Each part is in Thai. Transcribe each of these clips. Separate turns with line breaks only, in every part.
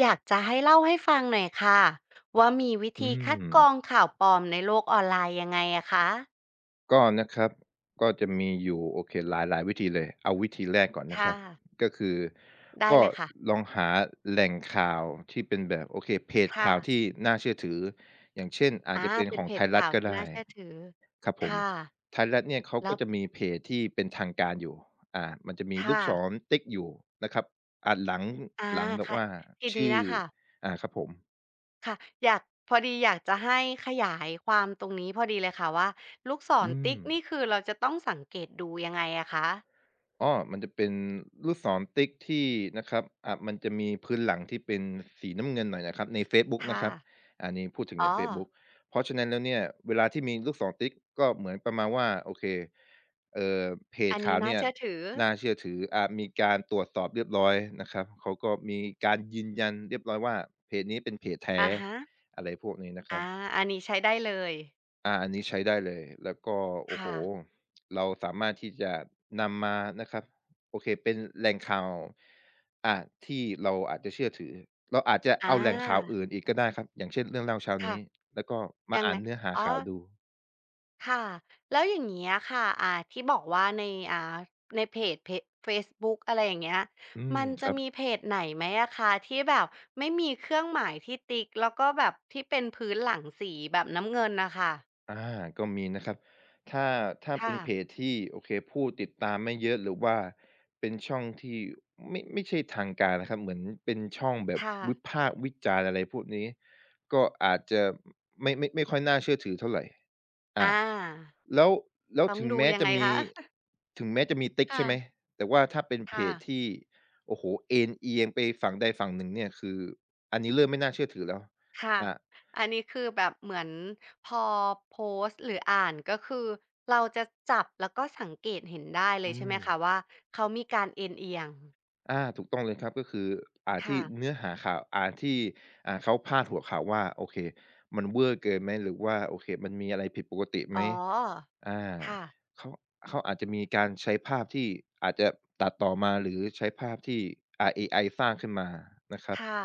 อยากจะให้เล่าให้ฟังหน่อยค่ะว่ามีวิ
อื
ธี
ม
คัดกรองข่าวปลอมในโลกออนไลน์ยังไงอะคะ
ก็นะครับก็จะมีอยู่โอเคหลายๆวิธีเลยเอาวิธีแรกก่อนนะค
ค่ะ
รับก็คือ
ได้
ก็
เลยค่ะ
ลองหาแหล่งข่าวที่เป็นแบบโอเคเพจ
ค่ะ
ข่าวที่น่าเชื่อถืออย่างเช่นอาจ
อา
จะเป็น
เป็
ข
น
อง
เพ
ไท
จ
ยรัฐ
ข่าว
ก็
ที่
ได้
น่าเชื่อถือ
ครับผม
ค่ะ
ไทยรัฐเนี่ยเขา
แล้
ก็
ว
จะมีเพจที่เป็นทางการอยู่มันจะมีลู
ค่ะ
กศรติ๊กอยู่นะครับอ่าหลัง
อา
หลังแบบ
ค่ะ
ว่า
ทีนี้
ชื่อ
น่ะค่ะ
ครับผม
ค่ะอยากพอดีอยากจะให้ขยายความตรงนี้พอดีเลยค่ะว่าลูกศร
อืม
ติ๊กนี่คือเราจะต้องสังเกตดูยังไงอะคะ
อ๋อมันจะเป็นลูกศรติ๊กที่นะครับมันจะมีพื้นหลังที่เป็นสีน้ำเงินหน่อยนะครับในเฟซบุ๊กนะ
ค่ะ
ครับอันนี้พูดถึง
อ๋
ใน
อ
เฟซบุ๊กเพราะฉะนั้นแล้วเนี่ยเวลาที่มีลูกศรติ๊กก็เหมือนประมาณว่าโอเคเอ่อเพจ
อัน
ข่า
นี้
ว
น่า
เนี่ย
เชื่อถือ
น่าเชื่อถือมีการตรวจสอบเรียบร้อยนะครับเขาก็มีการยืนยันเรียบร้อยว่า เพจนี้เป็นเพจแท้
อะฮะ
อะไรพวกนี้นะครั
อา
บ
อันนี้ใช้ได้เลย
อาอันนี้ใช้ได้เลยแล้วก็โอ้โฮ
ค่ะ
เราสามารถที่จะนำมานะครับโอเคเป็นแหล่งข่าวอ่าที่เราอาจจะเชื่อถือเราอาจจะ
อ
เอาแหล่งข่าว
า
อื่นอีกก็ได้ครับอย่างเช่นเรื่องเล่าเช้า
ค่ะ
นี้แล้วก็มา
ยัง
อ่า
ไง
นเนื้อหา
อ๋อ
ข่าวดู
ค่ะ แล้วอย่างเงี้ยค่ะที่บอกว่าในอ่าในเพจเฟซบุ๊กอะไรอย่างเงี้ย
อืม
มัน
ค
จะ
รับ
มีเพจไหนไหมอะคะที่แบบไม่มีเครื่องหมายที่ติ๊กแล้วก็แบบที่เป็นพื้นหลังสีแบบน้ำเงินน่ะค่ะ
อาก็มีนะครับถ้าถ้าเป็
ค่ะ
นเพจที่โอเคผู้ติดตามไม่เยอะหรือว่าเป็นช่องที่ไม่ใช่ทางการนะครับเหมือนเป็นช่องแบบ
ค่ะ
วิพากษ์วิจารณ์อะไรพวกนี้ก็อาจจะไม่ค่อยน่าเชื่อถือเท่าไร
อา
อาแล้วแล้ว
ต้อง
ถึง
ดู
แม้
ยัง
จะ
ไง
มี
คะ
ถึงแม้จะมีติ๊กใช่
ค่ะ
ไหมแต่ว่าถ้าเป็นเพ
ค่ะ
จที่โอ้โฮเอนเอียงไปฝั่งใดฝั่งหนึ่งเนี่ยคืออันนี้เริ่มไม่น่าเชื่อถือแล้ว
ค่ะ
อา
อันนี้คือแบบเหมือนพอโพสต์หรืออ่านก็คือเราจะจับแล้วก็สังเกตเห็นได้เล
อื
ยใช่ไห
ม
มคะว่าเขามีการเอนเอียง
อาถูกต้องเลยครับก็คือ
ค่ะ
ที่เนื้อหาข่าวอ่าที่เขาพาดหัวข่าวว่าโอเคมันเวอร์เกินไหมหรือว่าโอเคมันมีอะไรผิดปกติ
อ๋
ไหม
อ
อา
ค่ะ
เขาเขาอาจจะมีการใช้ภาพที่อาจจะตัดต่อมาหรือใช้ภาพที่เอไอสร้างขึ้นมานะครับ
ค่ะ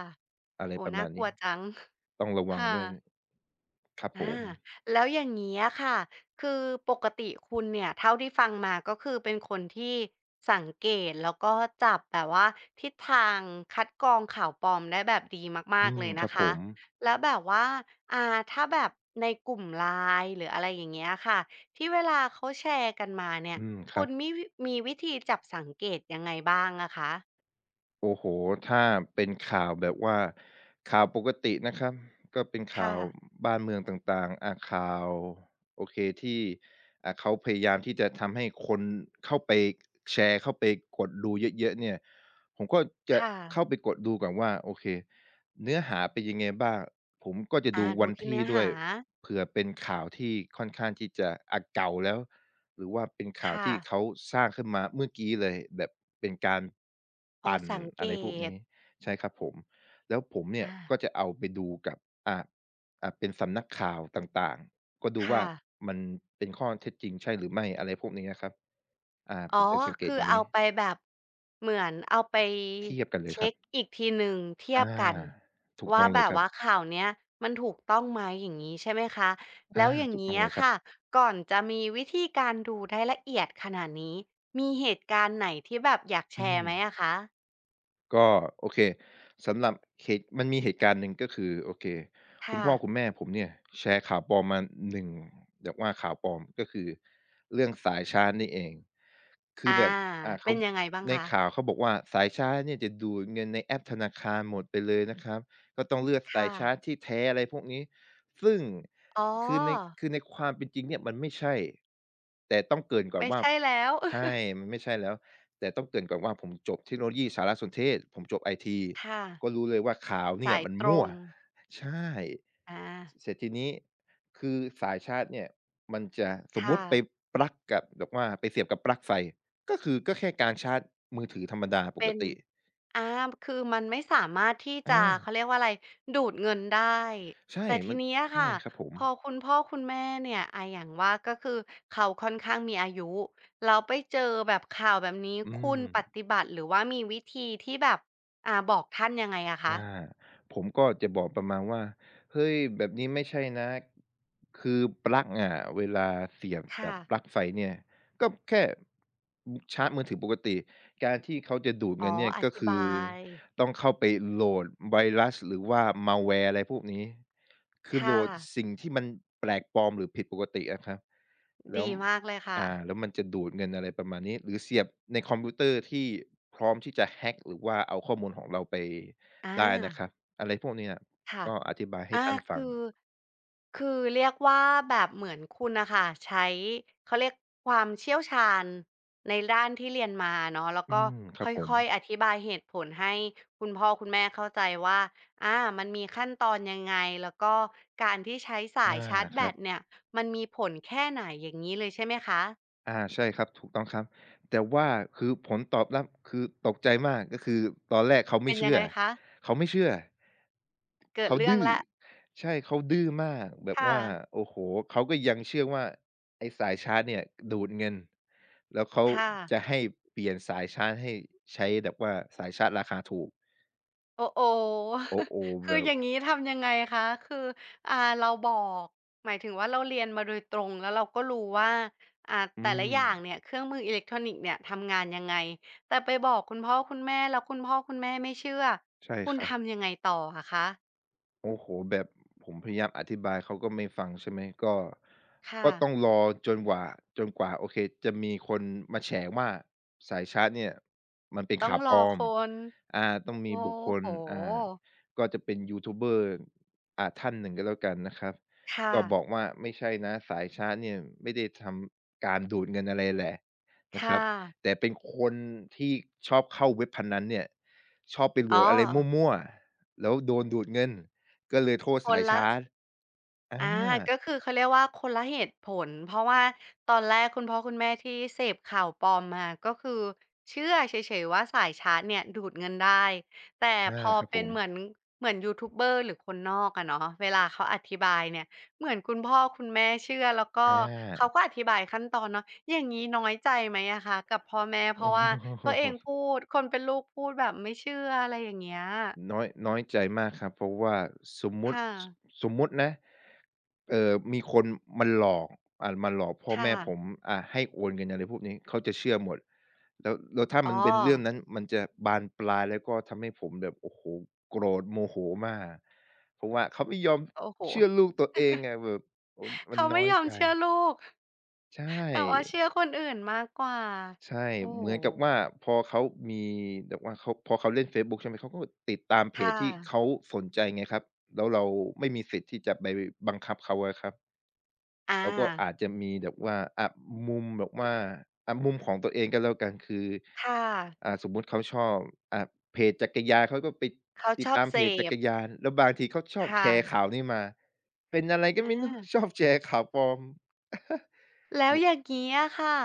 อะไร
โอ้
ประ
น่า
มาณ
กลัว
นี้
จัง
ต้องระวัง
ค่ะ
ด้วยครับผ
อา
ม
แล้วอย่างนี้อค่ะคือปกติคุณเนี่ยเท่าที่ฟังมาก็คือเป็นคนที่สังเกตแล้วก็จับแบบว่าทิศทางคัดกรองข่าวปลอมได้แบบดีมา
อื
กๆ
ม
เลย
ครั
นะ
บผ
คะ
ม
แล้วแบบว่าอ่าถ้าแบบในกลุ่ม LINE หรืออะไรอย่างเงี้ยค่ะที่เวลาเขาแชร์กันมาเนี่ย
อืมค
คุ
รั
ณ
บ
มีิมีวิธีจับสังเกตยังไงบ้างอะคะ
โอ้โฮถ้าเป็นข่าวแบบว่าข่าวปกตินะครับก็เป็นข่า
ค่ะ
วบ้านเมืองต่างๆอาข่าวโอเคที่เขาพยายามที่จะทำให้คนเข้าไปแชร์เข้าไปกดดูเยอะๆเนี่ยผมก็จะ
ค่ะ
เข้าไปกดดูก่อนว่าโอเคเนื้อหาเป็นยังไงบ้างผมก็จะดู
ดู
วัน
ที่
ที่
เนื้อ
ด้วย
หา
เผื่อเป็นข่าวที่ค่อนข้างที่จะเก่าแล้ว หรือว่าเป็นข่าว
ค่ะ
ที่เขาสร้างขึ้นมาเมื่อกี้เลยแบบเป็นการ
พอ
ปั่น
สังเก
อะไรพวก
ต
นี้ใช่ครับผมแล้วผมเนี่ย
อา
ก็จะเอาไปดูกับอ่าเป็นสำนักข่าวต่างๆก็ดูว่า
ค่ะ
มันเป็นข้อเท็จจริงใช่หรือไม่อะไรพวกนี้นะครับ
อ๋
ผม
อ
จะสังเกต
คื
อ
อ
ย่าง
เอา
งี้
ไปแบบเหมือนเอาไป
เทียบกันเลยค
เช็
รับ
กอีกทีหนึ่งเที
อ
ยบกัน
าถูก
ว่า
ต้องเล
แบ
ย
บ
ครั
ว่า
บ
ข่าวเนี้ยมันถูกต้องไหมอย่างงี้ใช่ไหมคะแล้
อา
วอย่าง
ถูกต้อ
เงี้
ง
ย
เลยครับ
ค่ะก่อนจะมีวิธีการดูได้ละเอียดขนาดนี้มีเหตุการณ์ไหนที่แบบอยากแช
อื
ร์
ม
ไหมอะคะ
ก็โอเคสำหรับเหตุมันมีเหตุการณ์หนึ่งก็คือโอเคคุณ
ค่ะ
พ่อคุณแม่ผมเนี่ยแชร์ข่าวปลอมมาหนึ่ง1ีบกว่าข่าวปลอมก็คือเรื่องสายชาร์จนี่เอง คือ
อา
แบบ
เป็
เขา
นยังไงบ้าง
ใน
คะ
ข่าวเขาบอกว่าสายชาร์จเนี่ยจะดูดเงินในแอปธนาคารหมดไปเลยนะครับก็ต้องเลือกสาย
ค่ะ
ชาร์จที่แท้อะไรพวกนี้ซึ่ง
อ๋
คือใน
อ
คือในความเป็นจริงเนี่ยมันไม่ใช่แต่ต้องเกริ่นก่อน
ไม่
ว่า
ใช่แล้ว
ใช่ มันไม่ใช่แล้วแต่ต้องเกริ่นก่อนว่าผมจบเทคโนโลยีสารสนเทศผมจบไอที
ค่ะ
ก็รู้เลยว่าข่าวเนี่
สา
ย
ย
มัน
ตร
มั่ว
ง
ใช่
อา
เสร็จทีนี้คือสายชาร์จเนี่ยมันจะสมมุ
ค่ะ
ติไปปลั๊กกับแบบว่าไปเสียบกับปลั๊กไฟ ก็คือก็แค่การชาร์จมือถือธรรมดาป
เป็
ก
น
ติ
อาคือมันไม่สามารถที่
อา
จะเขาเรียกว่าอะไรดูดเงินได้
ใช่
แต่ที
มัน
เนี้ย
ใช่
ค่ะ
ครับผม
พอคุณพ่อคุณแม่เนี่ยอย่างว่าก็คือเขาค่อนข้างมีอายุแล้วไปเจอแบบข่าวแบบนี้
อื
คุณป
ม
ฏิบัติหรือว่ามีวิธีที่แบบบอกท่านยังไงอะ
อ
คะ
าผมก็จะบอกประมาณว่าเฮ้ยแบบนี้ไม่ใช่นะคือปลั๊กอะเวลาเสียบกั
ค่ะ
บปลั๊กไฟเนี่ยก็แค่อือชาร์จมือถือปกติการที่เขาจะดูด
อ๋
เงิ
อ
นเนี่ย
อ
ก็
ธิ
คือ
บาย
ต้องเข้าไปโหลดไวรัสหรือว่า malware อะไรพวกนี้คือโหล
ค่ะ
ดสิ่งที่มันแปลกปลอมหรือผิดปกติอะครับแล้ว
ดีมากเลยค่ะ
แล้วมันจะดูดเงินอะไรประมาณนี้หรือเสียบในคอมพิวเตอร์ที่พร้อมที่จะ hack หรือว่าเอาข้อมูลของเราไป
อ
ได้นะค
า
รับอะไรพวกเนี้ย
ค่ะ
ก็อธิบายให้
อา
ท่านฟัง
คือคือเรียกว่าแบบเหมือนคุณนะคะใช้เขาเรียกความเชี่ยวชาญในด้านที่เรียนมาเนาะแล้ว
อื
ก็
มค
ค
รับผม
่อยๆอธิบายเหตุผลให้คุณพ่อคุณแม่เข้าใจว่าอามันมีขั้นตอนยังไงแล้วก็การที่ใช้สา
อา
ยชาร์จ
ค
แบ
รั
ต
บ
เนี่ยมันมีผลแค่ไหนอย่างนี้เลยใช่ไหมคะ
อาใช่ครับถูกต้องครับแต่ว่าคือผลตอบรับคือตกใจมากก็คือตอนแรกเขา
เป็
ไม่
นยัง
เชื่อ
ไงคะ
เขาไม่เชื่อ
เกิด
เขา
เรื่อง
ดื้อ
แล้ว
ใช่เขาดื้อมากแบบ
ค่ะ
ว่าโอ้โฮเขาก็ยังเชื่อว่าไอ้สายชาร์จเนี่ยดูดเงินแล้วเขา
ค่ะ
จะให้เปลี่ยนสายชาร์จให้ใช้แบบว่าสายชาร์จราคาถูก
โอ้โห
โอ้ โฮ
คื
แบ
ออ
บ
ย่างนี้ทำยังไงคะคือเราบอก หมายถึงว่าเราเรียนมาโดยตรงแล้วเราก็รู้ว่าอ่า
อื
แต่ละอย่างเนี่ย
ม
เครื่องมืออิเล็กทรอนิกส์เนี่ยทำงานยังไงแต่ไปบอกคุณพ่อคุณแม่แล้วคุณพ่อคุณแม่ไม่เชื่อ
ใช่
คุณ
ครับ
ทำยังไงต่ออะคะ
โอ้โฮแบบผมพยายามอธิบายเขาก็ไม่ฟังใช่ไหมก็
ค่ะ
ก็ต้องรอจนกว่าจนกว่าโอเคจะมีคนมาแฉว่าสายชาร์จเนี่ยมันเป็น
ต้อง
ขาว
ร
ป
อ
ลอ
ค
ม
น
อาต้องมี
โอ้
บุคคล
โห
อ่าก็จะเป็นยูทูบเบอร์อ่าท่านหนึ่งก็แล้วกันนะครับ
ค่ะ
ก็บอกว่าไม่ใช่นะสายชาร์จเนี่ยไม่ได้ทำการดูดเงินอะไรแหละนะค
ค่ะ
รับแต่เป็นคนที่ชอบเข้าเว็บพนันเนี่ยชอบไปโหล
อ๋อ
ดอะไรมั่วๆแล้วโดนดูดเงิน ก็เลยโทษ
ค
สาย
นละ
ชาร์จอา
อาก็คือเขาเรียกว่าคนละเหตุผลเพราะว่าตอนแรกคุณพ่อคุณแม่ที่เสพข่าวปลอมมาก็คือเชื่อเฉยๆว่าสายชาร์จเนี่ยดูดเงินได้แต่พ
อา
อ
ครับผ
เป็น
ม
เหมือนเหมือนยูทูบเบอร์หรือคนนอกอะเนาะเวลาเขาอธิบายเนี่ยเหมือนคุณพ่อคุณแม่เชื่อแล้วก็
อา
เขาก็ อธิบายขั้นตอนเนาะอย่างงี้น้อยใจไหมอะคะกับพ่อแม่เพ
โอ
ราะว่าตัว
้
เองพูดคนเป็นลูกพูดแบบไม่เชื่ออะไรอย่างเงี้ย
น้อยน้อยใจมากครับ เพราะว่าสมมุติ
ค่ะ
สสมมุตินะมีคนมาหลอกอ่ามาหลอกพ่อ
ค่ะ
แม่ผมอ่าให้โอนเงินอะไรพวกนี้ เขาจะเชื่อหมดแล้วแล้วถ้ามั
อ๋อ
นเป็นเรื่องนั้น มันจะบานปลายแล้วก็ทำให้ผมแบบโอ้โฮโกรธโมโหมาก เพราะว่าเขาไม่ยอม
โอ้โฮ
เชื่อลูกตัวเองอะแบบโอ้มัน
เขาไม่
น้อย
ยอม
ใจ
เชื่อลูก
ใช่
แต่ว่าเชื่อคนอื่นมากกว่า
ใช่
โอ้
เห
โฮ
มือนกับว่าพอเขามีแบบว่าเขาพอเขาเล่นเฟซบุ๊กใช่ไหมเขาก็ติดตามเพจ
ค่ะ
ที่เขาสนใจไงครับแล้วเราไม่มีสิทธิ์ที่จะไปบังคับเขาอะครับ
อ
เราก็
า
อาจจะมีแบบว่าอะมุมแบบว่าอะมุมของตัวเองก็แล้วกันคือ
ค่ะ
อ่าสมมุติเขาชอบอ่าเพจจักรยานเขาก็ไป
เขา
ติ
ช
ด
อบ
ตาม
เส
เพจจั
พ
กรยานแล้วบางทีเขาชอบแช
ค่ะ
ร์ข่าวนี้มาเป็นอะไรก็
อ
ไม่รู้ ช
า
อบแชร์ข่าวปลอม
แล้วอย่างงี้อะค่ะ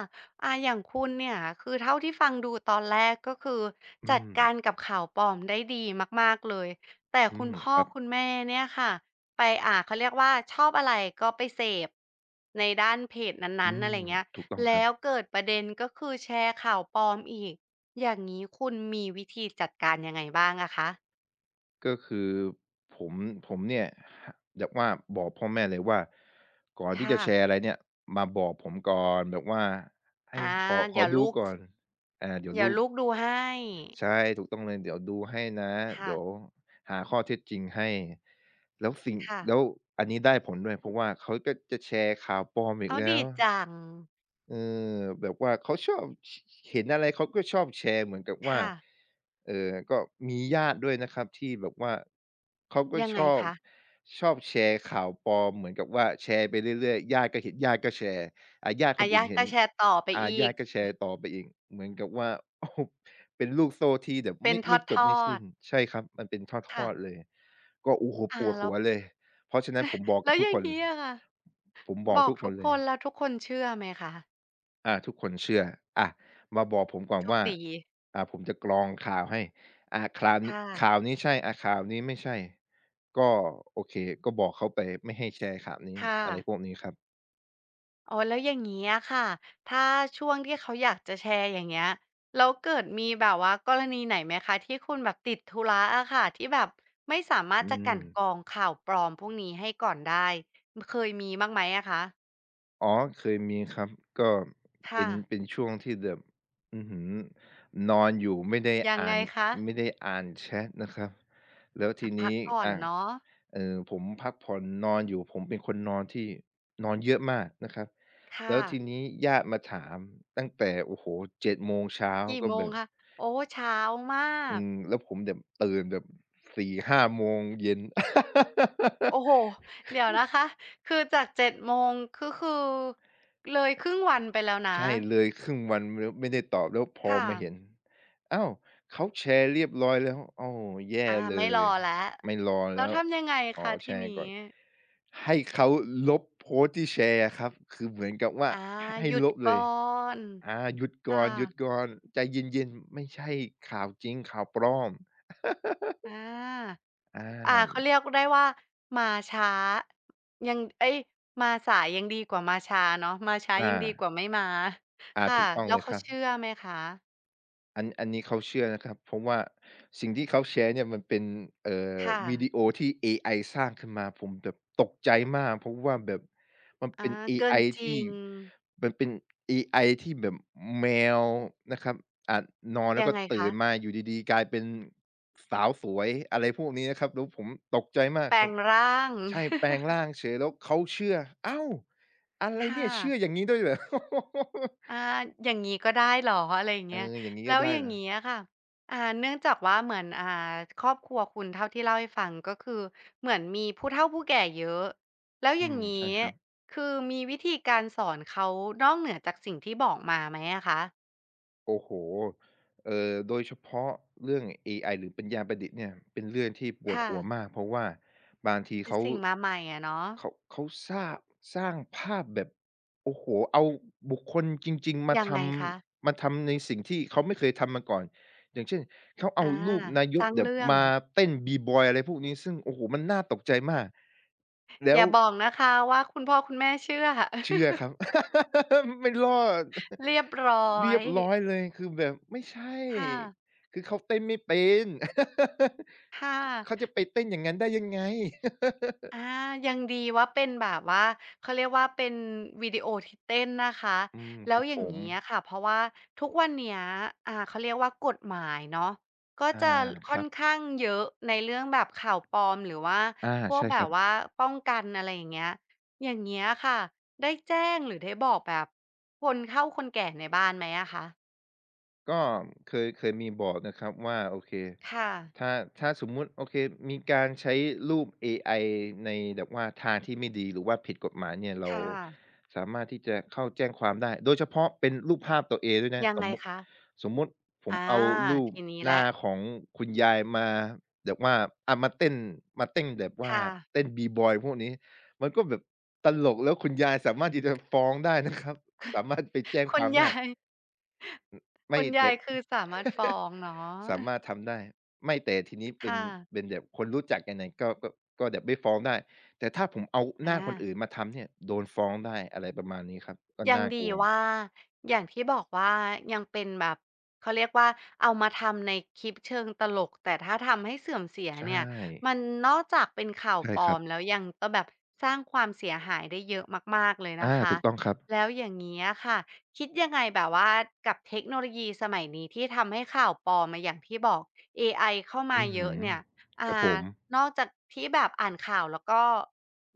อย่างคุณเนี่ยคือเท่าที่ฟังดูตอนแรกก็คือ
อื
จัด
ม
การกับข่าวปลอมได้ดีมากๆเลยแต่
อื
คุณ
ม
พ่อ
ครับ
คุณแม่เนี่ยค่ะไปเขาเรียกว่าชอบอะไรก็ไปเสพในด้านเพจ
อื
นั้นๆ
ม
อะไรเงี้ย
ถูกต้องครั
แล้
บ
วเกิดประเด็นก็คือแชร์ข่าวปลอมอีกอย่างงี้คุณมีวิธีจัดการยังไงบ้างอะคะ
ก็คือผมผมเนี่ยอยากว่าบอกพ่อแม่เลยว่าก่อนที่จะ
ค่ะ
แชร์อะไรเนี่ยมาบอกผมก่อนแบบว่าให้
อา
ขอ
เดี๋ยว
ดู
ลูก
ก่อนอ่าเดี๋ยว
เดี๋ยว
ลูก
ลูกดูให้
ใช่ถูกต้องเลยเดี๋ยวดูให้นะ
ค่ะ
เดี๋ยวหาข้อเท็จจริงให้แล้วสิ่ง
ค่ะ
แล้วอันนี้ได้ผลด้วยเพราะว่าเขาก็จะแชร์ข่าวปลอมอีก
อ้าว
แล้
ดี
ว
จัง
เออแบบว่าเขาชอบชเห็นอะไรเขาก็ชอบแชร์เหมือนกับว่า
ค่ะ
ก็มีญาติด้วยนะครับที่แบบว่าเขาก็
ยัง
ช
ไง
อบ
คะ
ชอบแชร์ข่าวปลอมเหมือนกับว่าแชร์ไปเรื่อยๆญาติก็เห็นญาติก็แชร์อาญาติค
อา
นอื่
ญา
น
ติ
เห็
ก็
น
แชร์ต่อไป
อา
อี
ญา
ก
ติก็แชร์ต่อไปอีกเหมือนกับว่าโอ้โฮเป็นลูกโซ่ที่แบบ
เป็น
ไม่จ
ท
บไม่
อ
สิ้
ด
น
ๆ
ใช่ครับมันเป็นท
ค่ะ
อดๆเลยก็โอ้โฮป
อา
วด
แล้
หั
ว
วเลยเพราะฉะนั้นผมบอก
แล้
กับ
วอ
ทุก
ย่า
ค
ง
น
งี้อะค่ะ
ผมบอ
บ
ก
อก
ทุกค
ทุ
น
ก
เล
ค
ย
นแล้วทุกคนเชื่อไหมคะ
อาทุกคนเชื่ออะมาบอกผมก่อน
โชค
ว่า
ดี
อ่าผมจะกรองข่าวให้อ่าข่าวนี้
ค่ะ
ข่าวนี้ใช่อ่าข่าวนี้ไม่ใช่ก็โอเคก็บอกเขาไปไม่ให้แชร์ข่าวนี้
ค่ะ
อะไรพวกนี้ครับ
อ๋อแล้วอย่างงี้อะค่ะถ้าช่วงที่เขาอยากจะแชร์อย่างเงี้ยแล้วเกิดมีแบบว่ากรณีไหนไหมคะที่คุณแบบติดธุระอะค่ะที่แบบไม่สามารถ
อื
จะก
ม
ลั่นกรองข่าวปลอมพวกนี้ให้ก่อนได้เคยมีบ้างไหมอะคะ
อ๋อเคยมีครับก็เป็
ค่ะ
นเป็นช่วงที่แบบอื้อฮือนอนอยู่ไม่ได้
ยัง
อ่า
ไง
น
คะ
ไม่ได้อ่านแชตนะครับแล้ว
อา
ที
พัก
นี้
ผ่อน
อ่า
เนาะ
ผมพักผ่อนนอนอยู่ผมเป็นคนนอนที่นอนเยอะมากนะครับแล้
ค่ะ
วทีนี้ญาติมาถามตั้งแต่โอ้โฮ7โมงเช้า
กี่
ก็
โม
แบ
ง
บ
คะโอ้เช้ามา
อื
ก
มแล้วผมแบบตื่นแบบ4-5โมงเย็น
โอ้โฮ เดี๋ยวนะคะคือจาก7 โมงก็คือเลยครึ่งวันไปแล้วนะ
ใช่เลยครึ่งวันไม่ได้ตอบแล้วพอ
ค่ะ
มาเห็นอ้าวเขาแชร์เรียบร้อยแล้วอ้าวแย่
อา
เล
ไม่
ย
รอแล้ว
ไม่รอ
แล้ว
แล้ว
ทำยังไง
อ๋อ
คะ
แช
ที
ร์
นี้
ก่อนให้เขาลบโพสต์ที่แชร์อะครับคือเหมือนกับว่า
อา
ให้
หยุด
ลบเล
ก่อ
ย
น
อาหยุดก่อ
ค่ะ
นหยุดก่อนใจเย็นๆไม่ใช่ข่าวจริงข่าวปลอม
อา
อ
อ่า
า
เขาเรียกได้ว่ามาช้ายังเอ๊ยมาสายยังดีกว่ามาช้าเนาะมาช้ายั
อา
งดีกว่าไม่มา
อา
ค่ะ
ถูกต้อง
แล้ว
เลยค
เขา
รับ
เชื่อไหมคะ
อันอันนี้เขาเชื่อนะครับเพราะว่าสิ่งที่เขาแชร์เนี่ยมันเป็นเอ่อ
ค่ะ
วิดีโอที่เอไอสร้างขึ้นมาผมแบบตกใจมากเพราะว่าแบบมันเป็
อา
นเอ
เกิ
ไอ
นจริ
ที่
ง
มันเป็นเอไอที่แบบแมวนะครับอาจนอนแล้ว
ยัง
ก็
ไง
ตื่
คะ
นมาอยู่ดีๆกลายเป็นสาวสวยอะไรพวกนี้นะครับแล้วผมตกใจมาก
แปล
ครั
ง
บ
ร่าง
ใช่แปลง ร่างเฉยแล้วเขาเชื่ออ้าวอะไร
ค่ะ
เนี่ยเชื่ออย่างงี้ด้วยเหรอ
อา อย่างงี้ก็ได้เหรออะไรอย่าง
เอ
เงี้ย
ออย่างงี้
แล้
ก็
ว
ได้
อย่า
เหร
ง
อ
งี้อะค่ะเนื่องจากว่าเหมือนครอบครัวคุณเท่าที่เล่าให้ฟังก็คือเหมือนมีผู้เฒ่าผู้แก่เยอะ แล้วอ
อื
ย่าง
ม
งี้
ใช่ครับ
คือมีวิธีการสอนเขานอกเหนือจากสิ่งที่บอกมาไหมอะคะ
โอ้โฮโดยเฉพาะเรื่องเอไอหรือปัญญาประดิษฐ์เนี่ย เป็นเรื่องที่ปวด
ค่ะ
หัวมาก เพราะว่าบางที
เป็น
เขา
สิ่งมาใหม่อะเนาะ
เขาสร้างสร้างภาพแบบโอ้โฮเอาบุคคลจริงๆ มา
ยัง
ท
ไงคะ
ำ มาทำในสิ่งที่เขาไม่เคยทำมาก่อน อย่างเช่นเขาเอา
อา
รูปนาย
ส
ก
ร้าง
แบบ
เรื่อง
มาเต้นบีบอยอะไรพวกนี้ซึ่งโอ้โฮมันน่าตกใจมาก
อ
แล้ว
ย่าบอกนะคะว่าคุณพ่อคุณแม่เชื่อ
เชื่อครับ ไม่รอด
เรียบร้อ
เรีย
ย
บร้อยเลยคือแบบไม่ใช่
ค่ะ
คือเขาเต้นไม่เป็น
ค่
เขาจะ
ะ
ไปเต้นอย่างงั้นได้ยังไง
อายังดีว่าเป็นแบบว่าเขาเรียกว่าเป็นวิดีโอที่เต้นนะคะ
อืม
แล้
ค
ว
รับ
อ
ผ
ย่าง
ม
งี้อะค่ะเพราะว่าทุกวันเนี้ยเขาเรียกว่ากฎหมายเนาะก็
อ่า
จะ
ค
ค่อ
รั
น
บ
ข้างเยอะในเรื่องแบบข่าวปลอมหรือว่า
อ่า
พวก
ใช่
แบ
ค
บ
รั
ว่า
บ
ป้องกันอะไรอย่างเงี้ยอย่างเงี้ยค่ะได้แจ้งหรือได้บอกแบบคนเฒ่าคนแก่ในบ้านไหมอะคะ
ก็เคยมีบอกนะครับว่าโอเค
ค่ะ
ถ้าถ้าสมมุติโอเคมีการใช้รูปเอไอในแบบว่าทางที่ไม่ดีหรือว่าผิดกฎหมายเนี่ยเรา
ค่ะ
สามารถที่จะเข้าแจ้งความได้โดยเฉพาะเป็นรูปภาพตัวเองด้วยนะ
ยัง
ส
ไง
มมุติ
คะ
สมมุติผม
อา
เอารูป
ทีนี้
ห
แหละ
น้าของคุณยายมาแบบว่าอะมาเต้นมาเต้นแบบว่า
ค่ะ
เต้น B-boy พวกนี้มันก็แบบตลกแล้วคุณยายสามารถที่จะฟ้องได้นะครับสามารถไปแจ้ง
คุ
ค
ณ
วาม ได้
ยาย คุ
ไม่
ณยา
แต่
ยคือสามารถฟ้อ งเนาะ
สามารถทำได้ไม่แต่ทีนี้เป็น
ค่ะ
เป็นแบบคนรู้จักกันเน่ะก็ก็ก็แบบไม่ฟ้องได้แต่ถ้าผมเอาหน้า
อา
คนอื่นมาทำเนี่ยโดนฟ้องได้อะไรประมาณนี้ครับก็
ยัง
น่าก
ดี
ลัว
ว่าอย่างที่บอกว่ายังเป็นแบบเขาเรียกว่าเอามาทำในคลิปเชิงตลกแต่ถ้าทำให้เสื่อมเสีย
ใช
เนี่ย
่
มันนอกจากเป็นข่าว
ใช่
ปล
ค
อ
รับ
มแล้วยังก็แบบสร้างความเสียหายได้เยอะมากๆเลยนะ
อา
คะ
ถูกต้องครับ
แล้วอย่างเงี้ยค่ะคิดยังไงแบบว่ากับเทคโนโลยีสมัยนี้ที่ทำให้ข่าวปลอมอะอย่างที่บอกเอไอเข้ามา
อืมอ
เย
หื
อะ
อ
เนี่ย
ค
อ่
รับผ
า
ม
นอกจากที่แบบอ่านข่าวแล้วก็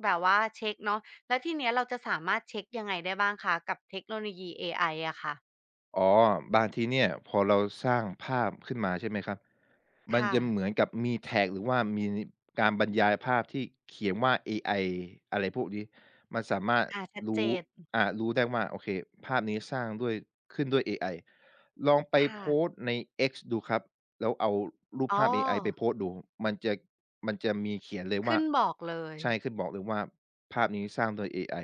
แบบว่าเช็กเนาะ แล้วทีเนี้ยเราจะสามารถเช็คยังไงได้บ้างคะกับเทคโนโลยีเอไออะค่ะ
อ๋อบางทีเนี่ยพอเราสร้างภาพขึ้นมาใช่ไหมครับ มัน
ค่ะ
จะเหมือนกับมีแท็กหรือว่ามีการบรรยายภาพที่เขียนว่าเอไออะไรพวกนี้มันสามารถ
อาชัดเจ
รู้
น
อ่ารู้ได้ว่าโอเคภาพนี้สร้างด้วยขึ้นด้วยเอไอลองไป
ค่ะ
โพสต์ใน X ดูครับแล้วเอารูป
อ๋อ
ภาพเอไอไปโพสต์ดูมันจะมันจะมีเขียนเลยว่า
ขึ้นบอกเลย
ใช่ขึ้นบอกเลยว่าภาพนี้สร้างโดยเอไอ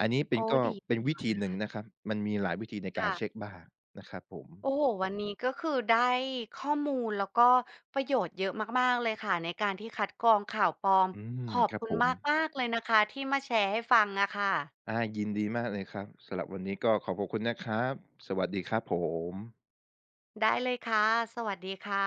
อันนี้เป็น
โอ้
ก็
ดี
เป็นวิ
มาก
ธี
เลย
หนึ่ง
ค่ะ
นะครับมันมีหลายวิธีในการ
ค่ะ
เช็กบ้างนะครับผม
โอ้โฮวันนี้ก็คือได้ข้อมูลแล้วก็ประโยชน์เยอะมากๆเลยค่ะในการที่คัดกรองข่าวปลอม
อื
ข
ม
อบ
ครับ
คุณ
ผม
มากๆเลยนะคะที่มาแชร์ให้ฟังอะค่ะ
อายินดีมากเลยครับสำหรับวันนี้ก็ขอบพระคุณนะครับสวัสดีครับผม
ได้เลยค่ะ สวัสดีค่ะ